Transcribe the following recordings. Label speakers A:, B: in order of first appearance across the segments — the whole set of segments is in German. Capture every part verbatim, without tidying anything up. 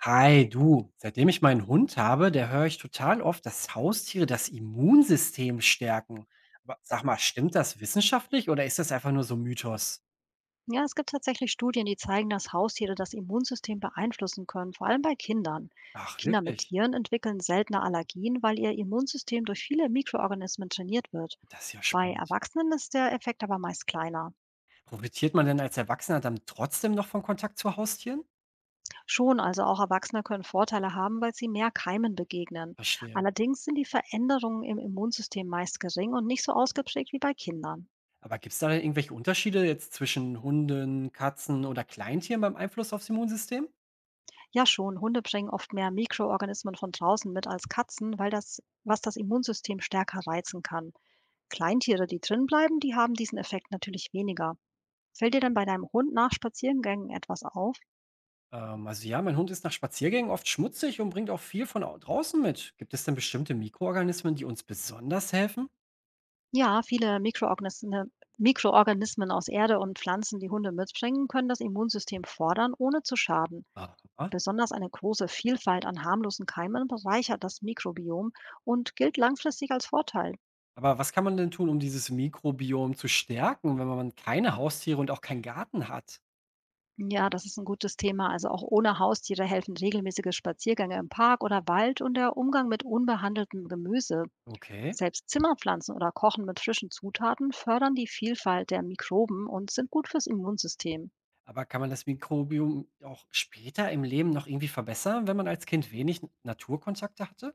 A: Hi, du. Seitdem ich meinen Hund habe, der höre ich total oft, dass Haustiere das Immunsystem stärken. Aber sag mal, stimmt das wissenschaftlich oder ist das einfach nur so Mythos?
B: Ja, es gibt tatsächlich Studien, die zeigen, dass Haustiere das Immunsystem beeinflussen können, vor allem bei Kindern.
A: Ach,
B: Kinder mit
A: wirklich?
B: Tieren entwickeln seltener Allergien, weil ihr Immunsystem durch viele Mikroorganismen trainiert wird.
A: Das ist ja
B: Bei
A: spannend.
B: Erwachsenen ist der Effekt aber meist kleiner.
A: Profitiert man denn als Erwachsener dann trotzdem noch von Kontakt zu Haustieren?
B: Schon, also auch Erwachsene können Vorteile haben, weil sie mehr Keimen begegnen.
A: Verstehe.
B: Allerdings sind die Veränderungen im Immunsystem meist gering und nicht so ausgeprägt wie bei Kindern.
A: Aber gibt es da denn irgendwelche Unterschiede jetzt zwischen Hunden, Katzen oder Kleintieren beim Einfluss aufs Immunsystem?
B: Ja, schon, Hunde bringen oft mehr Mikroorganismen von draußen mit als Katzen, weil das, was das Immunsystem stärker reizen kann. Kleintiere, die drin bleiben, die haben diesen Effekt natürlich weniger. Fällt dir denn bei deinem Hund nach Spaziergängen etwas auf?
A: Ähm, also ja, mein Hund ist nach Spaziergängen oft schmutzig und bringt auch viel von au- draußen mit. Gibt es denn bestimmte Mikroorganismen, die uns besonders helfen?
B: Ja, viele Mikroorganismen, Mikroorganismen aus Erde und Pflanzen, die Hunde mitbringen, können das Immunsystem fordern, ohne zu schaden.
A: Aha.
B: Besonders eine große Vielfalt an harmlosen Keimen bereichert das Mikrobiom und gilt langfristig als Vorteil.
A: Aber was kann man denn tun, um dieses Mikrobiom zu stärken, wenn man keine Haustiere und auch keinen Garten hat?
B: Ja, das ist ein gutes Thema. Also auch ohne Haustiere helfen regelmäßige Spaziergänge im Park oder Wald und der Umgang mit unbehandeltem Gemüse.
A: Okay.
B: Selbst Zimmerpflanzen oder Kochen mit frischen Zutaten fördern die Vielfalt der Mikroben und sind gut fürs Immunsystem.
A: Aber kann man das Mikrobiom auch später im Leben noch irgendwie verbessern, wenn man als Kind wenig Naturkontakte hatte?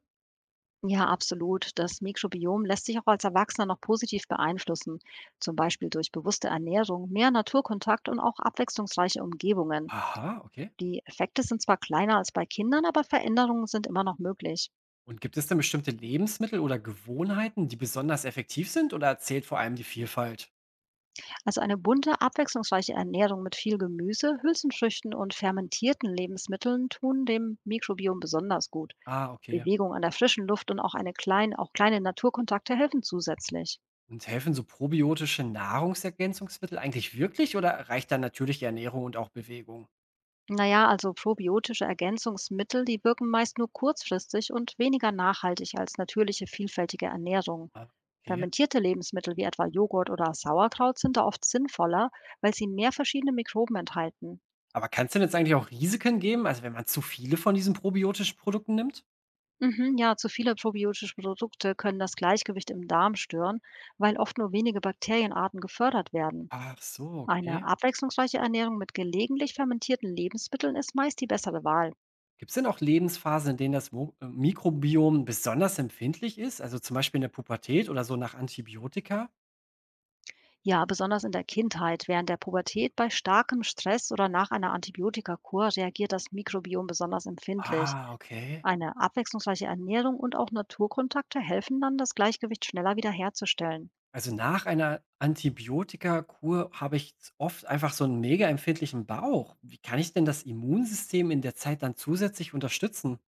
B: Ja, absolut. Das Mikrobiom lässt sich auch als Erwachsener noch positiv beeinflussen, zum Beispiel durch bewusste Ernährung, mehr Naturkontakt und auch abwechslungsreiche Umgebungen.
A: Aha, okay.
B: Die Effekte sind zwar kleiner als bei Kindern, aber Veränderungen sind immer noch möglich.
A: Und gibt es denn bestimmte Lebensmittel oder Gewohnheiten, die besonders effektiv sind oder zählt vor allem die Vielfalt?
B: Also eine bunte, abwechslungsreiche Ernährung mit viel Gemüse, Hülsenfrüchten und fermentierten Lebensmitteln tun dem Mikrobiom besonders gut.
A: Ah, okay.
B: Bewegung an der frischen Luft und auch eine klein auch kleine Naturkontakte helfen zusätzlich.
A: Und helfen so probiotische Nahrungsergänzungsmittel eigentlich wirklich oder reicht dann natürliche Ernährung und auch Bewegung?
B: Na ja, also probiotische Ergänzungsmittel, die wirken meist nur kurzfristig und weniger nachhaltig als natürliche, vielfältige Ernährung.
A: Ah, okay.
B: Fermentierte Lebensmittel wie etwa Joghurt oder Sauerkraut sind da oft sinnvoller, weil sie mehr verschiedene Mikroben enthalten.
A: Aber kann es denn jetzt eigentlich auch Risiken geben, also wenn man zu viele von diesen probiotischen Produkten nimmt?
B: Mhm, ja, zu viele probiotische Produkte können das Gleichgewicht im Darm stören, weil oft nur wenige Bakterienarten gefördert werden.
A: Ach so,
B: Eine
A: okay.
B: abwechslungsreiche Ernährung mit gelegentlich fermentierten Lebensmitteln ist meist die bessere Wahl.
A: Gibt es denn auch Lebensphasen, in denen das Mo äh, Mikrobiom besonders empfindlich ist, also zum Beispiel in der Pubertät oder so nach Antibiotika?
B: Ja, besonders in der Kindheit, während der Pubertät, bei starkem Stress oder nach einer Antibiotikakur reagiert das Mikrobiom besonders empfindlich.
A: Ah, okay.
B: Eine abwechslungsreiche Ernährung und auch Naturkontakte helfen dann, das Gleichgewicht schneller wiederherzustellen.
A: Also nach einer Antibiotikakur habe ich z- oft einfach so einen mega empfindlichen Bauch. Wie kann ich denn das Immunsystem in der Zeit dann zusätzlich unterstützen?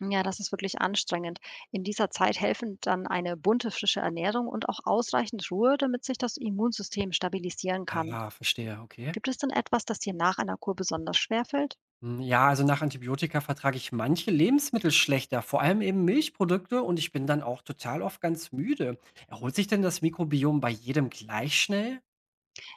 B: Ja, das ist wirklich anstrengend. In dieser Zeit helfen dann eine bunte, frische Ernährung und auch ausreichend Ruhe, damit sich das Immunsystem stabilisieren kann.
A: Ah, verstehe, okay.
B: Gibt es denn etwas, das dir nach einer Kur besonders schwer fällt?
A: Hm, ja, also nach Antibiotika vertrage ich manche Lebensmittel schlechter, vor allem eben Milchprodukte und ich bin dann auch total oft ganz müde. Erholt sich denn das Mikrobiom bei jedem gleich schnell?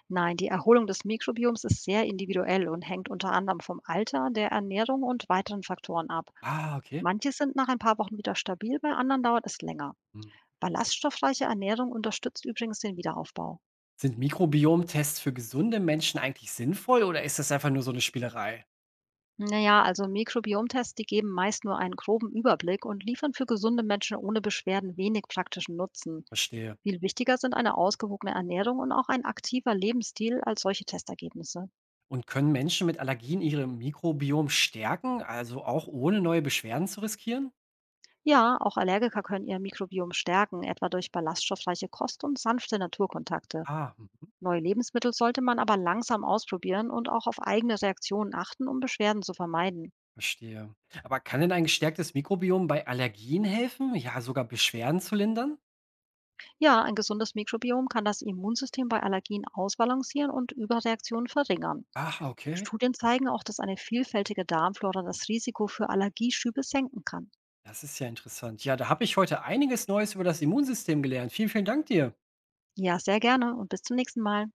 B: Nein, die Erholung des Mikrobioms ist sehr individuell und hängt unter anderem vom Alter, der Ernährung und weiteren Faktoren ab.
A: Ah, okay.
B: Manche sind nach ein paar Wochen wieder stabil, bei anderen dauert es länger.
A: Hm.
B: Ballaststoffreiche Ernährung unterstützt übrigens den Wiederaufbau.
A: Sind Mikrobiomtests für gesunde Menschen eigentlich sinnvoll oder ist das einfach nur so eine Spielerei?
B: Naja, also Mikrobiomtests, die geben meist nur einen groben Überblick und liefern für gesunde Menschen ohne Beschwerden wenig praktischen Nutzen.
A: Verstehe.
B: Viel wichtiger sind eine ausgewogene Ernährung und auch ein aktiver Lebensstil als solche Testergebnisse.
A: Und können Menschen mit Allergien ihre Mikrobiom stärken, also auch ohne neue Beschwerden zu riskieren?
B: Ja, auch Allergiker können ihr Mikrobiom stärken, etwa durch ballaststoffreiche Kost und sanfte Naturkontakte.
A: Ah, hm,
B: Neue Lebensmittel sollte man aber langsam ausprobieren und auch auf eigene Reaktionen achten, um Beschwerden zu vermeiden.
A: verstehe. Aber kann denn ein gestärktes Mikrobiom bei Allergien helfen, ja sogar Beschwerden zu lindern?
B: Ja, ein gesundes Mikrobiom kann das Immunsystem bei Allergien ausbalancieren und Überreaktionen verringern.
A: Ah, okay.
B: Studien zeigen auch, dass eine vielfältige Darmflora das Risiko für Allergieschübe senken kann.
A: Das ist ja interessant. Ja, da habe ich heute einiges Neues über das Immunsystem gelernt. Vielen, vielen Dank dir.
B: Ja, sehr gerne und bis zum nächsten Mal.